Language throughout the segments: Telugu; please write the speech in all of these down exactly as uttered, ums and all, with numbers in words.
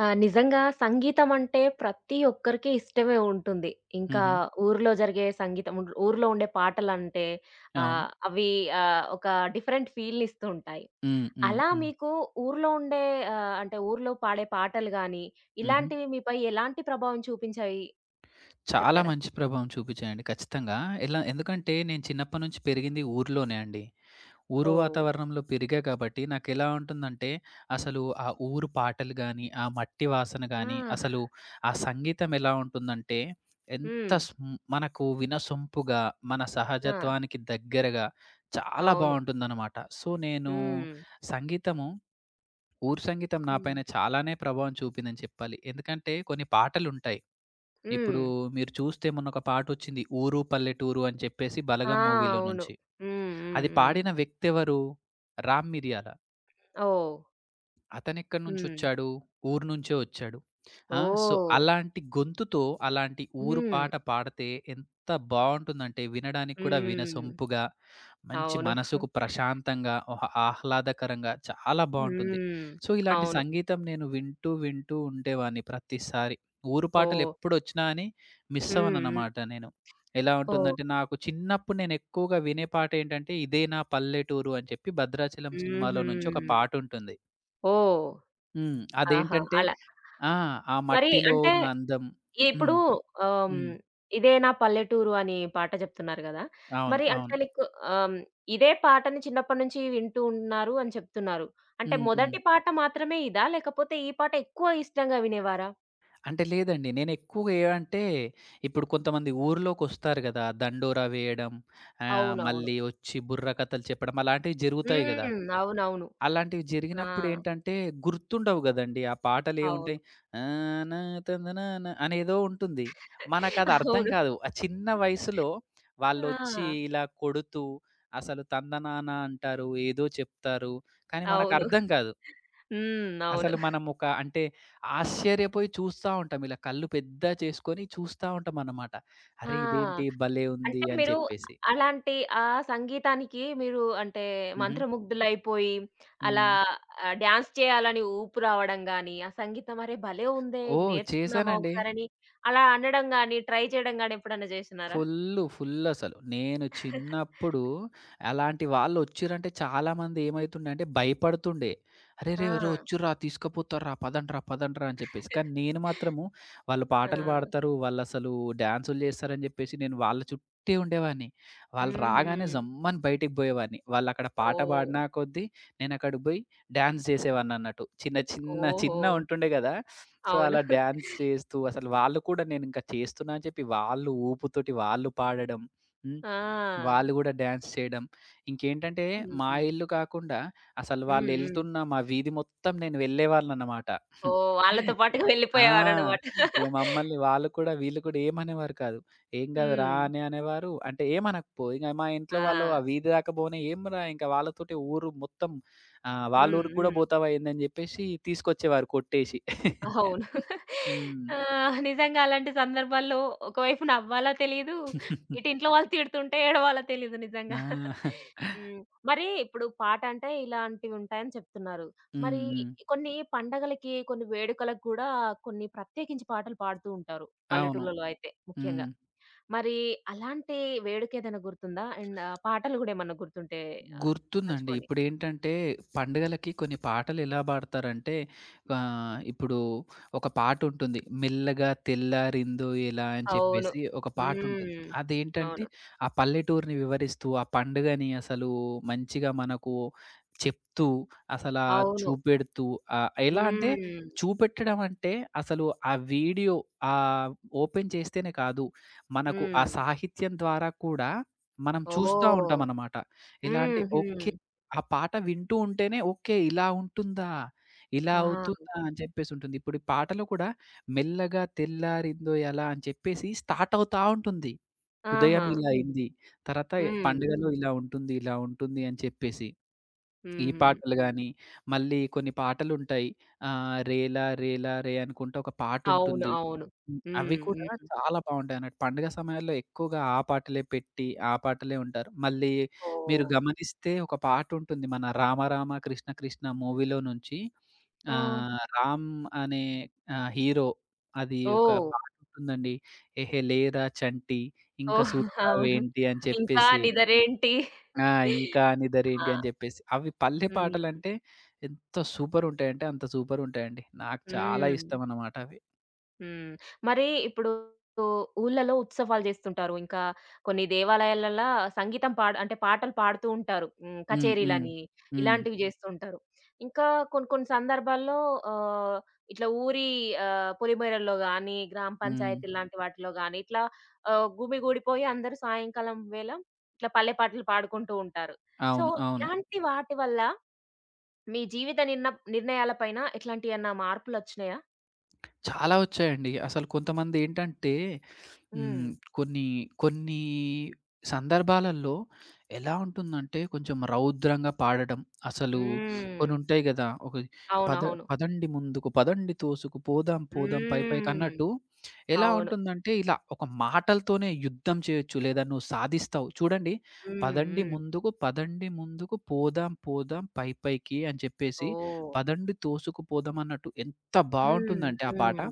ఆ! నిజంగా సంగీతం అంటే ప్రతి ఒక్కరికి ఇష్టమే ఉంటుంది. ఇంకా హుహు. ఊర్లో జరిగే సంగీతం ఉన్ ఊర్లో ఉండే పాటలంటే అవును. ఆహ్, అవి ఆహ్, ఒక డిఫరెంట్ ఫీల్‌నిస్తూ ఉంటాయి. హ్మ్. హ్మ్. అలా హ్మ్. మీకు ఊర్లో ఉండే ఆహ్, అంటే ఊర్లో పాడే పాటలు గాని, హుహు. ఇలాంటివి మీపై ఎలాంటి ప్రభావం చూపించాయి చాలా చెప్తారా? మంచి ప్రభావం చూపించాయండి ఖచ్చితంగా. ఎలా ఎందుకంటే నేను చిన్నప్పటి నుంచి పెరిగింది ఊర్లోనే అండి. ఊరు ఓహ్! వాతావరణంలో పెరిగా కాబట్టి నాకెలా ఉంటుందంటే అసలు ఆ ఊరు పాటలు గాని, ఆ మట్టి వాసన ఆ! గాని, అసలు ఆ సంగీతం ఎలా ఉంటుందంటే ఎంత హ్మ్. స్మ్ మనకు వినసొంపుగా, మన ఆ! సహజత్వానికి దగ్గరగా చాలా అవును. బావుంటుందనమాట. సో నేను హ్మ్. సంగీతము ఊరు సంగీతం నా హ్మ్. పైన చాలానే ప్రభావం చూపిందని చెప్పాలి. ఎందుకంటే కొన్ని పాటలుంటాయి. హ్మ్. ఇప్పుడు మీరు చూస్తే మొన్న ఒక పాటొచ్చింది 'ఊరు పల్లెటూరు' అని చెప్పేసి ఆ! 'బలగం' మూవీలో అవును. నుంచి. హ్మ్. హ్మ్. అది హ్మ్. పాడిన వ్యక్తి ఎవరు? 'రామ్ మిరియాల.' ఓహ్! అతనెక్కడి హ్మ్. నుంచొచ్చాడు? ఊరు నుంచే వచ్చాడు. ఆ! So, oh! అలాంటి గొంతుతో అలాంటి ఊరు హ్మ్. పాట పాడితే ఎంత బావుంటుందంటే వినడానికి కూడా హ్మ్. వినసొంపుగా, మంచి అవును. మనసుకు ప్రశాంతంగా, ఓహ్! ఆహ్లాదకరంగా చాలా బావుంటుంది. హ్మ్. సో, ఇలాంటి అవును. సంగీతం నేను వింటూ, వింటూ ఉండేవాడిని ప్రతిసారి. ఊరు ఓహ్! పాటలెప్పుడొచ్చినా అని మిస్ హ్మ్. హ్మ్. అవ్వనన్నమాట నేను. ఎలా ఓహ్! ఉంటుందంటే నాకు చిన్నప్పుడు నేనెక్కువగా వినే పాటేంటంటే, 'ఇదే నా పల్లెటూరు' అని చెప్పి 'భద్రాచలం' సినిమాలో హుహు. నుంచి ఒక పాటుంటుంది. ఓహ్! హ్మ్. ఆహా! అదేంటంటే అలా. ఆ! ఆ మరి మట్టిలో అంటే ఉన్న అందం. ఇప్పుడు హ్మ్. ఆహ్, హ్మ్, హ్మ్. ఇదే నా పల్లెటూరు అని పాట చెప్తున్నారు గదా! అవును. మరి అంటే అవును. నీకు ఆహ్, హ్మ్, ఇదే పాటని చిన్నప్పటి నుంచి వింటూ ఉన్నారు అని చెప్తున్నారు. అంటే హ్మ్. హ్మ్. మొదటి పాట మాత్రమే ఇదా? లేకపోతే ఈ పాట ఎక్కువ ఇష్టంగా వినేవారా? అంటే లేదండి. నేనెక్కువగా ఏవంటే ఇప్పుడు కొంతమంది ఊర్లోకొస్తారు గదా! దండోరా వేయడం ఆహ్, అవునవును. మళ్ళీ ఒచ్చి బుర్ర కథలు చెప్పడం అలాంటివి జరుగుతాయి గదా! హ్మ్. అవునవును. అలాంటివి ఆ! జరిగినప్పుడేంటంటే, గుర్తుండవు గదండీ! ఆ అవును. పాటలేవుంటాయి. ఆన తందనాన అనేదో ఉంటుంది. మనకదర్థం అవును. కాదు. ఆ చిన్న వయసులో వాళ్ళొచ్చి ఆ! ఇలా కొడుతూ, అసలు తందనాన అంటారు, ఏదో చెప్తారు, కానీ అవును. మనకర్థం కాదు. హ్మ్. అవును. అసలు మనమొక అంటే ఆశ్చర్యపోయి చూస్తా ఉంటాం. ఇలా కళ్ళు పెద్ద చేసుకొని చూస్తా ఉంటామనమాట. అరే! ఆ! ఇదేంటి భలే ఉంది అంటే అని మీరు చెప్పేసి. అలాంటి ఆ సంగీతానికి మీరు అంటే హుహు. మంత్రముగ్ధులైపోయి అలా హ్మ్. ఆహ్, డాన్స్ చేయాలని ఊపు రావడం గాని, ఆ సంగీతం అరే భలే ఉందే! ఇది ఓహ్! నేర్చుకుందామా చేశానండి. ఒకసారని అలా అనడం గాని, ట్రై చేయడం గాని ఎప్పుడన్నా చేసినారా? ఫుల్లు. ఫుల్లసలు. నేను చిన్నప్పుడు అలాంటి వాళ్ళొచ్చిర్రంటే చాలామంది ఏమైతుండంటే భయపడుతుండే. "అరెరే! ఒరేయ్ ఆ! ఒచ్చిర్రా తీసుకపోతార్రా పదండ్రా, పదండ్రా" అని చెప్పేసి. కానీ నేను మాత్రము వాళ్ళు పాటలు ఆ! పాడతారు, వాళ్ళసలు డాన్సులు జేస్తారని జెప్పేసి నేను వాళ్ళ చుట్టే ఉండేవాడిని. వాళ్ళు రాగానే హుహు. జమ్మని బయటికి బోయేవాడిని. వాళ్ళక్కడ పాట ఓహ్! పాడిన కొద్దీ నేనక్కడికి బోయి డాన్స్ జేసేవాడినన్నట్టు. చిన్న చిన్న ఓహో! చిన్నగుంటుండే గదా! సో, అవును. అలా డాన్స్ చేస్తూ అసలు వాళ్ళు కూడా నేనింకా చేస్తున్నా అని చెప్పి వాళ్ళు ఊపుతోటి వాళ్ళు పాడడం. హ్మ్. ఆ! వాళ్ళు గూడా డాన్స్ చేయడం. ఇంకేంటంటే మా హ్మ్. ఇల్లు కాకుండా అసలు హ్మ్. హ్మ్. వాళ్ళెళ్తున్న మా వీధి మొత్తం నేను వెళ్ళేవాడినన్నమాట. ఓహ్! వాళ్ళతో పాటుగా ఆ! వెళ్ళిపోయేవారన్నమాట. ఇగ మమ్మల్ని వాళ్ళు కూడా వీళ్ళు కూడా ఏమనేవారు కాదు. "ఏం కాదురా" హ్మ్. అని అనేవారు. అంటే ఏమనకపో ఇగ మా ఇంట్లో వాళ్ళు ఆ ఆ! వీధి దాకా పోనీ "ఏమిరా ఇంక వాళ్ళతోటే ఊరు మొత్తం ఆహ్, వాళ్ళ హ్మ్. ఊరికి కూడా హ్మ్. పోతావా ఏంది" అని చెప్పేసి తీసుకొచ్చేవారు కొట్టేసి. అవును. హ్మ్. ఆ! నిజంగా అలాంటి సందర్భాల్లో ఒకవైపు నవ్వాలా తెలీదు, ఇటు ఇంట్లో వాళ్ళు తిడుతుంటే ఏడవాలో తెలీదు నిజంగా. ఆ! హ్మ్. మరి ఇప్పుడు పాట అంటే ఇలాంటివుంటాయని చెప్తున్నారు. మరి హ్మ్. హ్మ్. కొన్ని పండగలకి, కొన్ని వేడుకలకు గూడా కొన్ని ప్రత్యేకించి పాటలు పాడుతూ ఉంటారు. అవును. పల్లెటూర్లలో అయితే ముఖ్యంగా. హ్మ్. మరి అలాంటి వేడుకేదైనా గుర్తుందా? అండ్ ఆ పాటలు గూడా ఏమన్నా గుర్తుంటే ఆహ్, గుర్తుందండి. పంచుకోండి. ఇప్పుడేంటంటే, పండుగలకి కొన్ని పాటలెలా పాడతారంటే, ఆహ్, ఇప్పుడు ఒక పాటుంటుంది. 'మెల్లగా తెల్లారిందో ఎలా' అని అవును. చెప్పేసి ఒక పాటుంటుంది. హ్మ్. అదేంటంటే, అవును. ఆ పల్లెటూరిని వివరిస్తూ, ఆ పండుగని అసలు మంచిగా మనకు చెప్తూ, అసలా అవును. చూపెడుతూ ఆహ్, ఎలా అంటే, హ్మ్. చూపెట్టడం అంటే, అసలు ఆ వీడియో ఆహ్, ఓపెన్ చేస్తేనే కాదు, మనకు ఆ హ్మ్. సాహిత్యం ద్వారా కూడా మనం చూస్తా ఓహ్! ఉంటామనమాట. ఎలా అంటే హుహు. ఓకే. ఆ పాట వింటూ ఉంటేనే ఓకే. ఇలా ఉంటుందా? ఇలా ఆ! అవుతుందా? అని చెప్పేసి ఉంటుంది. ఇప్పుడు ఈ పాటలో కూడా మెల్లగా తెల్లారిందో ఎలా అని చెప్పేసి స్టార్ట్ అవుతా ఉంటుంది. ఉదయం ఆహా! ఇలా హ్మ్. అయింది. తర్వాత హ్మ్. పండుగలో ఇలా ఉంటుంది, ఇలా ఉంటుంది అని చెప్పేసి. ఈ హుహు. పాటలు గాని, మళ్ళీ కొన్ని పాటలుంటాయి. ఆహ్, 'రేలా రేలా రే' అనుకుంటా ఒక అవును. పాటుంటుంది. అవును. హ్మ్. అవి హ్మ్. కూడా హ్మ్. చాలా బావుంటాయన్నట్టు. పండుగ సమయాల్లో ఎక్కువగా ఆ పాటలే పెట్టి, ఆ పాటలే ఉంటారు. మళ్ళీ మీరు ఓహ్! గమనిస్తే ఒక పాటుంటుంది. మన 'రామ రామ కృష్ణ కృష్ణ' మూవీలో నుంచి ఆ! ఆహ్, రామ్ అనే ఆహ్, హీరో అది ఒక ఓహ్! పాటుంటుందండి. 'ఏహే లేరా చంటి ఇంక ఓహ్! అవును. సూత్తావేంటి' అని ఇంకా చెప్పేసి నిదరేంటి? ఆ! ఇంకా ఆ! నిదరేంటి అని జెప్పేసి. అవి పల్లె హ్మ్. పాటలంటే ఎంత సూపరుంటాయంటే అంత సూపరుంటాయండి. నాకు చాలా హ్మ్. ఇష్టమనమాట అవి. హ్మ్. మరి ఇప్పుడు ఊర్లలో ఉత్సవాలు జేస్తుంటారు. ఇంకా కొన్ని దేవాలయాలల్ల సంగీతం పాడ అంటే పాటలు పాడుతూ ఉంటారు. హ్మ్. హ్మ్. హ్మ్. కచేరీలని హ్మ్. ఇలాంటివి జేస్తూ ఉంటారు. ఇంకా కొన్ని కొన్ని సందర్భాల్లో ఆహ్, ఇట్లా ఊరి ఆహ్, పొలిమేరల్లో గానీ, గ్రామ హ్మ్. పంచాయతీ లాంటి వాటిలో గానీ, ఇట్లా ఆహ్, గుమిగూడిపోయి అందరూ సాయంకాలం వేళ ఇట్లా పల్లె పాటలు పాడుకుంటూ ఉంటారు. సో, అవును. అవును. ఇలాంటి వాటి వల్ల మీ జీవిత నిర్ణ నిర్ణయాల పైన ఎట్లాంటియన్నా మార్పులొచ్చినాయా? చాలా వచ్చాయండి. అసలు కొంతమందేంటంటే, హ్మ్. హ్మ్. కొన్ని, కొన్ని సందర్భాలలో ఎలా ఉంటుందంటే కొంచెం రౌద్రంగా పాడడం. అసలు హ్మ్. కొన్నుంటాయి గదా! ఒక పద అవునవును. పదండి ముందుకు, పదండి తోసుకు, పోదాం పోదాం పై హ్మ్. పైకన్నట్టు ఎలా అవును. ఉంటుందంటే ఇలా ఒక మాటలతోనే యుద్ధం చేయొచ్చు. లేదా నువ్వు సాధిస్తావు. చూడండి, హ్మ్. పదండి హ్మ్. ముందుకు, పదండి ముందుకు, పోదాం పోదాం పై పైకి అని చెప్పేసి, ఓహ్! పదండి తోసుకుపోదాం అన్నట్టు ఎంత హ్మ్. బావుంటుందంటే ఆ పాట. హ్మ్.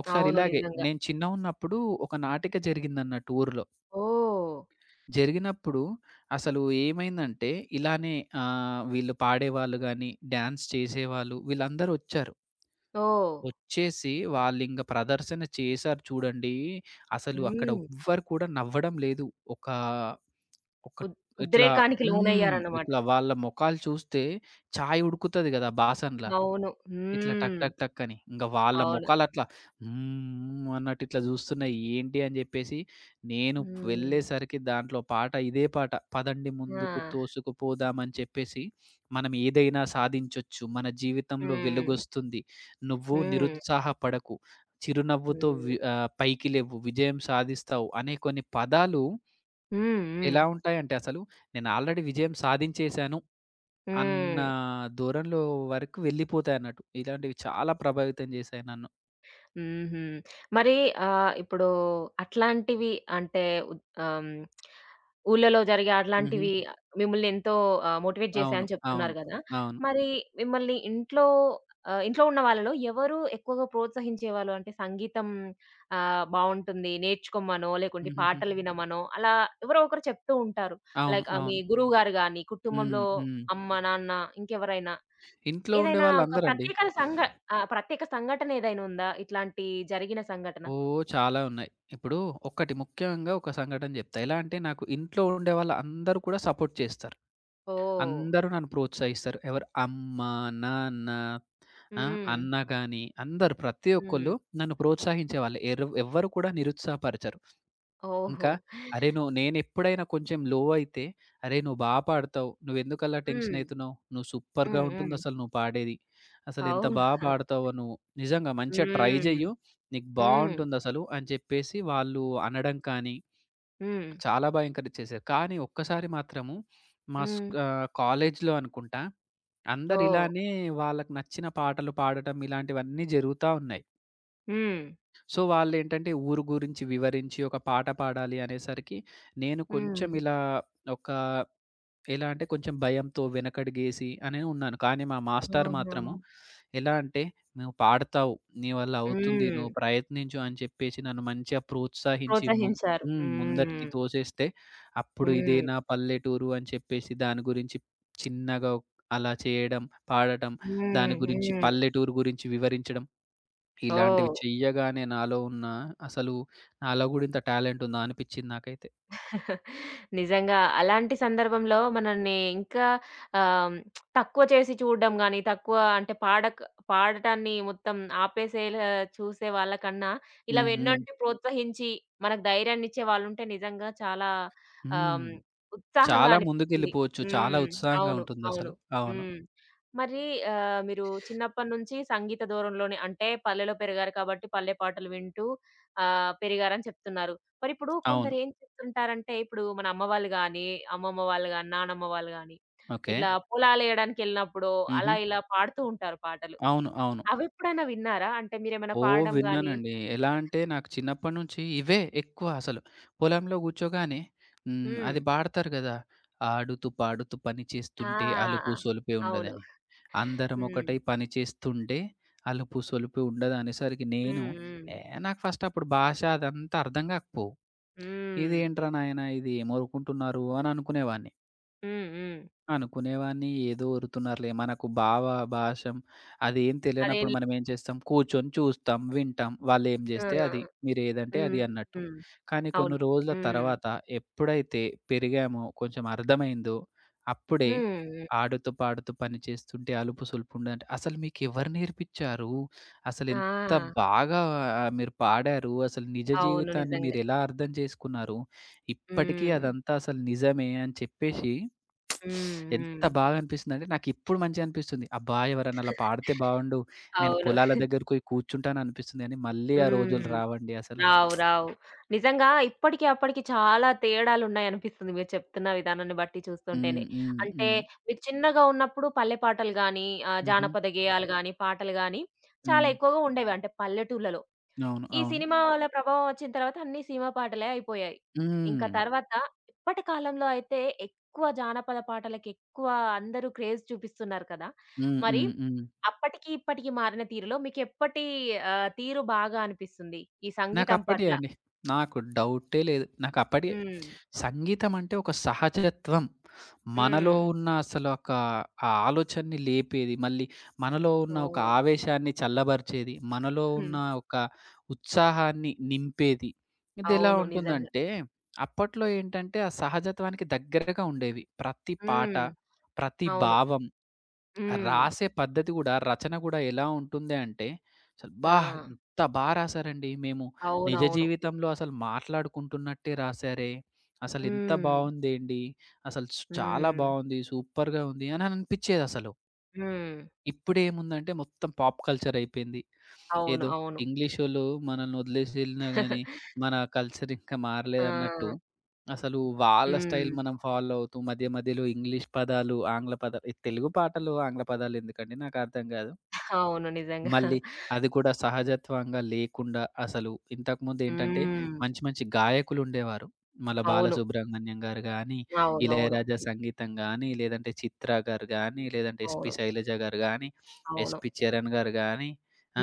ఒకసారి అవును. ఇలాగే నిజంగా. నేను చిన్నగున్నప్పుడు ఒక నాటిక జరిగిందన్నట్టు ఊర్లో. ఓహ్! జరిగినప్పుడు అసలు ఏమైందంటే ఇలానే ఆహ్, వీళ్ళు పాడేవాళ్ళు గానీ, డాన్స్ చేసేవాళ్ళు వీళ్ళందరూ ఒచ్చారు. ఓహ్! ఒచ్చేసి వాళ్ళింక ప్రదర్శన చేశారు చూడండి. అసలు అక్కడ హ్మ్. ఎవ్వరు కూడా నవ్వడం లేదు. ఒక ఒక ఉద్ ఇట్లా ఉద్రేకానికి హ్మ్. లోనయ్యారన్నమాట. ఇట్లా వాళ్ళ మొఖాలు చూస్తే చాయ్ ఉడుకుతది గదా! బాసన్ల. అవును. ఇట్లా టక్ హ్మ్. టక్ టక్ అని. ఇంక వాళ్ళ అవును. మొఖాలట్లా హ్మ్. అన్నట్టు ఇట్లా జూస్తున్నాయి. ఏంటి అని జెప్పేసి నేను హ్మ్. వెళ్ళేసరికి దాంట్లో పాట ఇదే పాట. పదండి ముందుకు ఆ! తోసుకుపోదామని చెప్పేసి మనం ఏదైనా సాధించొచ్చు. మన జీవితంలో హ్మ్. వెలుగొస్తుంది. నువ్వు హ్మ్. నిరుత్సాహపడకు. చిరునవ్వుతో వి హ్మ్. ఆహ్, పైకి లెవ్వు. విజయం సాధిస్తావు అనే కొన్ని పదాలు హ్మ్. హ్మ్. ఎలా ఉంటాయంటే అసలు నేను ఆల్రెడీ విజయం సాధించేశాను. అన్న హ్మ్. దూరంలో వరకు వెళ్ళిపోతాయన్నట్టు. ఇలాంటివి చాలా ప్రభావితం చేశాయి నన్ను. హుహు. మరి ఆహ్, ఇప్పుడు అట్లాంటివి అంటే ఉద్ ఆహ్, హ్మ్. ఊర్లలో జరిగే హుహు. అట్లాంటివి మిమ్మల్ని ఎంతో ఆహ్, మోటివేట్ అవును. చేశాయని అవును. చెప్తున్నారు గదా! అవును. మరి మిమ్మల్ని ఇంట్లో ఆహ్, ఇంట్లో ఉన్న వాళ్ళలో ఎవరు ఎక్కువగా ప్రోత్సహించేవాళ్ళు? అంటే సంగీతం ఆహ్, బావుంటుంది నేర్చుకోమనో, లేకుంటే హుహుహు. పాటలు వినమనో అలా ఎవరో ఒకరు చెప్తూ ఉంటారు. అవును. లైక్ ఆహ్, మీ అవును. గురువుగారు గాని, హ్మ్. కుటుంబంలో హ్మ్. అమ్మ, నాన్న ఇంకెవరైనా. ఇంట్లో ఏదైనా ఒక ఉండేవాళ్ళందరండి. ప్రత్యేక సంఘ ఆ! ప్రత్యేక సంఘటన ఏదైనా ఉందా? ఇట్లాంటి జరిగిన సంఘటన? ఓహ్! చాలా ఉన్నాయి. ఇప్పుడు ఒకటి ముఖ్యంగా ఒక సంఘటన చెప్తా. ఎలా అంటే నాకు ఇంట్లో ఉండేవాళ్ళందరూ కూడా సపోర్ట్ చేస్తారు. ఓహ్! అందరూ నన్ను ప్రోత్సహిస్తారు. ఎవరు అమ్మ, నాన్న, ఆ! హ్మ్. అన్న గాని అందరూ ప్రతి హ్మ్. ఒక్కళ్ళు నన్ను ప్రోత్సహించేవాళ్ళు. ఎరు ఎవ్వరు కూడా నిరుత్సాహపరచరు. ఇంకా ఓహో! అరే! నువ్వు నేనెప్పుడైనా కొంచెం లో అయితే, "అరే! నువ్వు బా పాడతావు. నువ్వెందుకలా టెన్షన్ హ్మ్. అయితున్నావు? నువ్వు సూపర్‌గా హ్మ్. హ్మ్. ఉంటుందసలు నువ్వు పాడేది. అసలెంత అవును. బా పాడతావో నువ్వు. నిజంగా మంచిగా ట్రై హ్మ్. జెయ్యు. నీకు హ్మ్. బావుంటుందసలు" అని చెప్పేసి వాళ్ళు అనడం కానీ, హ్మ్. చాలా బా ఎంకరేజ్ చేశారు. కానీ ఒక్కసారి మాత్రము మా హ్మ్. స్క్ ఆహ్, కాలేజ్‌లో అనుకుంటా, ఓహ్! అందరిలానే వాళ్ళకి నచ్చిన పాటలు పాడటం ఇలాంటివన్నీ జరుగుతా ఉన్నాయి. హ్మ్. సో, వాళ్ళేంటంటే ఊరు గురించి వివరించి ఒక పాట పాడాలి అనేసరికి, నేను హ్మ్. కొంచెం ఇలా ఒక ఎలా అంటే కొంచెం భయంతో వెనకడుగేసి అనే ఉన్నాను. కానీ మా మాస్టారు ఆహా! మాత్రము ఎలా అంటే, "నువ్వు పాడతావు, నీ వల్ల అవుతుంది, హ్మ్. నువ్వు ప్రయత్నించు" అని చెప్పేసి నన్ను మంచిగా ప్రోత్సహించి ముం ప్రోత్సహించారు. హ్మ్. ముందటికి హ్మ్. తోసేస్తే, అప్పుడు హ్మ్. ఇదేనా పల్లెటూరు అని చెప్పేసి దాని గురించి చిన్నగా ఒక్- అలా చేయడం, పాడటం, దాని హ్మ్. గురించి హ్మ్. పల్లెటూరు గురించి వివరించడం ఇలాంటివి ఓహ్! చెయ్యగానే నాలో ఉన్న అసలు నాలో గూడా ఇంత టాలెంట్ ఉందా అనిపిచ్చింది నాకైతే. నిజంగా. అలాంటి సందర్భంలో మనల్ని ఇంకా ఆహ్, తక్కువ చేసి చూడడం గాని, తక్కువ అంటే పాడక పాడటాన్ని మొత్తం ఆపేసేలా చూసే వాళ్ళకన్నా, ఇలా హ్మ్. హ్మ్. వెన్నంటి ప్రోత్సహించి, మనకు ధైర్యాన్నిచ్చే వాళ్ళుంటే నిజంగా చాలా హ్మ్. ఆహ్, ఉత్సాహంగా చాలా అనిపిస్తుంది. ముందుకెళ్ళిపోవచ్చు. చాలా హ్మ్. ఉత్సాహంగా అవును. అవును. ఉంటుందసలు. అవును. హ్మ్. మరి ఆహ్, మీరు చిన్నప్పటినుంచి సంగీత దూరంలోనే అంటే పల్లెలో పెరిగారు కాబట్టి పల్లె పాటలు వింటూ ఆహ్, పెరిగారని చెప్తున్నారు. మరిప్పుడు అవును. కొందరేం చేస్తుంటారంటే, ఇప్పుడు మన అమ్మ వాళ్ళు గానీ, అమ్మమ్మ వాళ్ళు గానీ, నానమ్మ వాళ్ళు గానీ, ఓకే. ఇట్లా పొలాలేయడానికెళ్ళినప్పుడో, హుహు. అలా ఇలా పాడుతూ ఉంటారు పాటలు. అవును. అవును. అవెప్పుడైనా విన్నారా? అంటే మీరేమైనా ఓహ్! పాడడం గానీ విన్నానండి. హ్మ్. ఎలా అంటే నాకు చిన్నప్పటి నుంచి ఇవే ఎక్కువ అసలు. పొలంలో కూర్చోగానే హ్మ్. అది పాడతారు గదా! ఆడుతూ పాడుతూ పని చేస్తుంటే అలుపు ఆ! సొలుపే అవును. ఉండదని. అందరం హ్మ్. ఒకటై పని చేస్తుంటే అలుపు సొలుపు ఉండదు అనేసరికి నేను హ్మ్. హ్మ్. ఏ నాకు ఫస్ట్ అప్పుడు భాష అదంతా అర్థం గాకపోవు. హ్మ్. ఇదేంట్రా నాయనా! ఇది ఏం ఒరుకుంటున్నారు అని అనుకునేవాడిని. హ్మ్. హ్మ్. అనుకునేవాడిని. ఏదో ఒరుతున్నరులే. మనకు భావ, భాషం అదేం అదేం తెలియనప్పుడు లే మనం ఏం చేస్తాం, కూర్చొని చూస్తాం, వింటాం. వాళ్ళేం జేస్తే అది. ఆ! మీరేదంటే హ్మ్. అది అన్నట్టు. హ్మ్. కానీ అవును. కొన్ని రోజుల హ్మ్. తర్వాత ఎప్పుడైతే పెరిగామో, కొంచెం అర్థమైందో, అప్పుడే హ్మ్. హ్మ్. ఆడుతూ, పాడుతూ పని చేస్తుంటే అలుపు సొలుపుండదంటే, "అసలు మీకెవరు నేర్పిచ్చారు? అసలెంత ఆ! బాగా ఆహ్, మీరు పాడారు. అసలు నిజ అవును. జీవితాన్ని నిజంగా. మీరెలా అర్థం జేసుకున్నారు? ఇప్పటికీ హ్మ్. అదంతా అసలు నిజమే" అని చెప్పేసి హ్మ్. ఎంత హ్మ్. బాగా అనిపిస్తుందంటే, నాకిప్పుడు మంచిగనిపిస్తుంది. అబ్బా! ఎవరన్నా అలా పాడితే బావుండు. నేను అవును. పొలాల దగ్గరకి పోయి కూర్చుంటాననిపిస్తుంది గానీ, మళ్ళీ ఆ రోజులు హ్మ్. రావండి అసలు. రావు. రావు. నిజంగా ఇప్పటికి, అప్పటికి చాలా తేడాలున్నాయనిపిస్తుంది మీరు చెప్తున్న విధానాన్ని బట్టి హ్మ్. చూస్తుంటేనే. హ్మ్. అంటే హ్మ్. మీరు చిన్నగా ఉన్నప్పుడు పల్లె పాటలు గాని, ఆహ్, హుహు. జానపద గేయాలు గాని, పాటలు గాని చాలా హ్మ్. ఎక్కువగా ఉండేవి. అంటే పల్లెటూర్లలో. అవును. ఈ అవును. సినిమాల ప్రభావం వచ్చిన తర్వాత అన్ని సినిమా పాటలే అయిపోయాయి. ఇంకా హ్మ్. హ్మ్. తర్వాత ఇప్పటి కాలంలో అయితే ఎక్కువ జానపద పాటలకి ఎక్కువ అందరూ క్రేజ్ చూపిస్తున్నారు కదా! హ్మ్. మరి హ్మ్. హ్మ్. అప్పటికి, ఇప్పటికి మారిన తీరులో మీకెప్పటి ఆహ్, తీరు బాగా అనిపిస్తుంది ఈ సంగీతం నాకప్పటియే పట్ల? అండి. నాకు డౌటే లేదు. నాకప్పటికే హ్మ్. సంగీతం అంటే ఒక సహజత్వం. మనలో హ్మ్. ఉన్న అసలు ఒక ఆ ఆలోచనని లేపేది, మళ్ళీ మనలో ఉన్న ఒక ఓహ్! ఆవేశాన్ని చల్లబరిచేది, మనలో ఉన్న హ్మ్. ఒక ఉత్సాహాన్ని నింపేది. ఇదెలా అవును. నిజంగా. ఉంటుందంటే, అప్పట్లో ఏంటంటే, ఆ సహజత్వానికి దగ్గరగా ఉండేవి. ప్రతి పాట, హ్మ్. ప్రతి అవును. భావం ఆ హ్మ్. రాసే పద్ధతి గూడా, రచన గూడా ఎలా ఉంటుంది అంటే, అసలు ఆ! "అబ్బా! ఎంత బా రాసారండి. మేము నిజ అవునవును. జీవితంలో అసలు మాట్లాడుకుంటున్నట్టే రాసారే. అసలింత హ్మ్. బావుందేండి. అసలు స్ చాలా హ్మ్. బావుంది. సూపర్‌గా ఉంది" అని అనిపించేదసలు. హ్మ్. ఇప్పుడేముందంటే మొత్తం పాప్ కల్చర్ అయిపోయింది. అవును. ఏదో అవును. ఇంగ్లీషోళ్ళు మనల్ని వదిలేసి ఎళ్ళినా గాని, మన కల్చర్ ఇంకా మారలేదన్నట్టు, ఆ! అసలు వాళ్ళ స్టైల్ హ్మ్. మనం ఫాలో అవుతూ మధ్య మధ్యలో ఇంగ్లీష్ పదాలు, ఆంగ్ల పదాలు ఈ తెలుగు పాటలు, ఆంగ్ల పదాలు ఎందుకండి నాకర్థం కాదు. అవును. నిజంగా. మళ్ళీ అది కూడా సహజత్వంగా లేకుండా అసలు ఇంతకుముందేంటంటే హ్మ్. మంచి మంచి గాయకులుండేవారు. మన అవును. బాలసుబ్రహ్మణ్యం గారు గానీ, అవునవును. ఇళయరాజా సంగీతం గానీ, లేదంటే చిత్ర గారు గానీ, లేదంటే ఎస్‌పి అవును. శైలజ గారు గానీ, అవును. ఎస్‌పి చరణ్ గారు గానీ,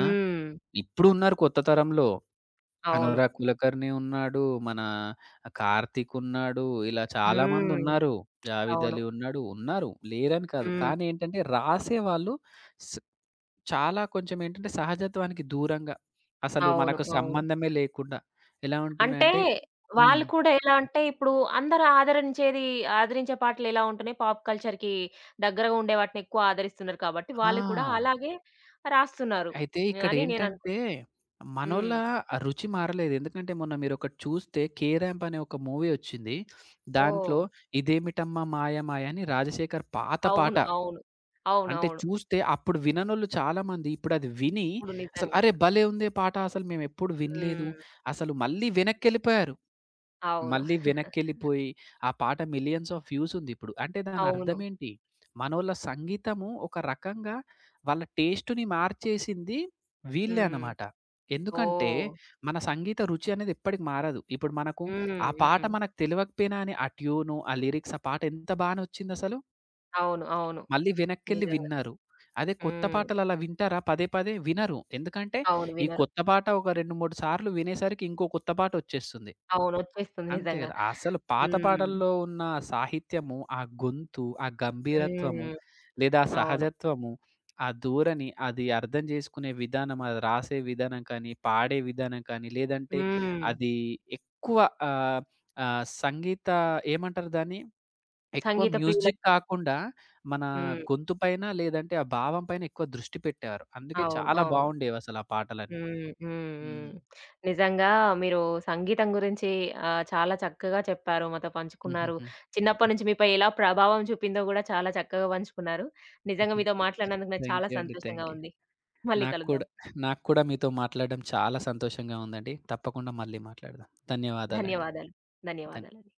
ఆ! ఇప్పుడు ఉన్నారు కొత్త తరంలో. అవును. అనురాగ్ కులకర్ణి ఉన్నాడు. మన కార్తీక్ ఉన్నాడు. ఇలా హ్మ్. చాలామందున్నారు. జావేద్ అవును. అలీ ఉన్నాడు. ఉన్నారు. లేరని కాదు. హ్మ్. కానీ ఏంటంటే రాసేవాళ్ళు చాలా కొంచెం ఏంటంటే సహజత్వానికి దూరంగా, అసలు అవును. మనకు అవును. సంబంధమే లేకుండా ఎలా అంటే ఉంటున్నాయంటే హ్మ్. వాళ్ళు కూడా ఎలా అంటే ఇప్పుడు అందరూ ఆదరించేది ఆదరించే పాటలు ఎలా ఉంటున్నాయి, పాప్ కల్చర్‌కి దగ్గరగా ఉండే వాటిని ఎక్కువ ఆదరిస్తున్నారు కాబట్టి, వాళ్ళు కూడా ఆ! అలాగే రాస్తున్నారు అయితే అని నేను ఇక్కడేంటంటే, అనుకున్నా. మనోళ్ళ హ్మ్. ఆ రుచి మారలేదు. ఎందుకంటే, మొన్న మీరొకటి చూస్తే 'కే ర్యాంప్' అనే ఒక మూవీ వచ్చింది. ఓహ్! దాంట్లో 'ఇదేమిటమ్మా మాయ మాయ' అని రాజశేఖర్ పాత పాట. అవును. అవును. అంటే అవునవును. చూస్తే అప్పుడు విననోళ్ళు చాలామంది ఇప్పుడది విని ఇప్పుడు అసలు నిజంగా. "అరే భలే ఉందే పాట అసలు మేమెప్పుడు వినలేదు." హ్మ్. అసలు మళ్ళీ వెనక్కెళ్ళిపోయారు. అవును. మళ్ళీ వెనక్కెళ్ళిపోయి, ఆ పాట మిలియన్స్ ఆఫ్ వ్యూస్ ఉందిప్పుడు. అంటే అవును. దానర్థమేంటి? మనోళ్ళ సంగీతము ఒక రకంగా వాళ్ళ టేస్ట్‌ని మార్చేసింది వీళ్ళే హ్మ్. అనమాట. ఎందుకంటే, ఓహ్! మన సంగీత రుచి అనేది ఎప్పటికి మారదు. ఇప్పుడు మనకు హ్మ్. ఆ పాట హ్మ్. మనకు తెలవకపోయినా అని ఆ ట్యూను, ఆ లిరిక్స్ ఆ పాట ఎంత బానొచ్చిందసలు. అవును. అవును. మళ్ళీ వెనక్కెళ్ళి నిజంగా. విన్నారు. అదే కొత్త హ్మ్. పాటలు అలా వింటారా పదే పదే? వినరు. ఎందుకంటే, అవును. ఈ వినరు. కొత్త పాట ఒక రెండు, మూడు సార్లు వినేసరికి ఇంకో కొత్త పాటొచ్చేస్తుంది. అవును. వచ్చేస్తుంది అంతే నిజంగా. గదా! అసలు పాత హ్మ్. పాటల్లో ఉన్న సాహిత్యము, ఆ గొంతు, ఆ గంభీరత్వము, హ్మ్. లేదా ఆ అవును. సహజత్వము, ఆ ధోరణి, అది అర్థం చేసుకునే విధానం, అది రాసే విధానం కానీ, పాడే విధానం కానీ, లేదంటే హ్మ్. అది ఎక్కువ ఆహ్, ఆహ్, సంగీత ఏమంటారు దాన్ని? ఎక్కువ సంగీత ప్రియుల మ్యూజిక్ కాకుండా, మన హ్మ్. గొంతు పైన లేదంటే ఆ భావం పైన ఎక్కువ దృష్టి పెట్టేవారు. అందుకే అవును. చాలా అవును. బావుండేవసలు ఆ పాటలన్నీ. హ్మ్. హ్మ్. హ్మ్. హ్మ్. నిజంగా మీరు సంగీతం గురించి ఆహ్, చాలా చక్కగా చెప్పారు. మాతో పంచుకున్నారు. హుహుహు. చిన్నప్పటి నుంచి మీపై ఎలా ప్రభావం చూపిందో గూడా చాలా చక్కగా పంచుకున్నారు. నిజంగా హుహు. మీతో మాట్లాడినందుకు నాకు థాంక్ చాలా యూ అండి. సంతోషంగా థాంక్ యూ. ఉంది. మళ్ళీ నాకు కలుద్దాం. కూడా నాకు కూడా మీతో మాట్లాడడం చాలా సంతోషంగా ఉందండి. తప్పకుండా మళ్ళీ మాట్లాడదాం. ధన్యవాదాలండి. ధన్యవాదాలు. ధన్ ధన్యవాదాలండి.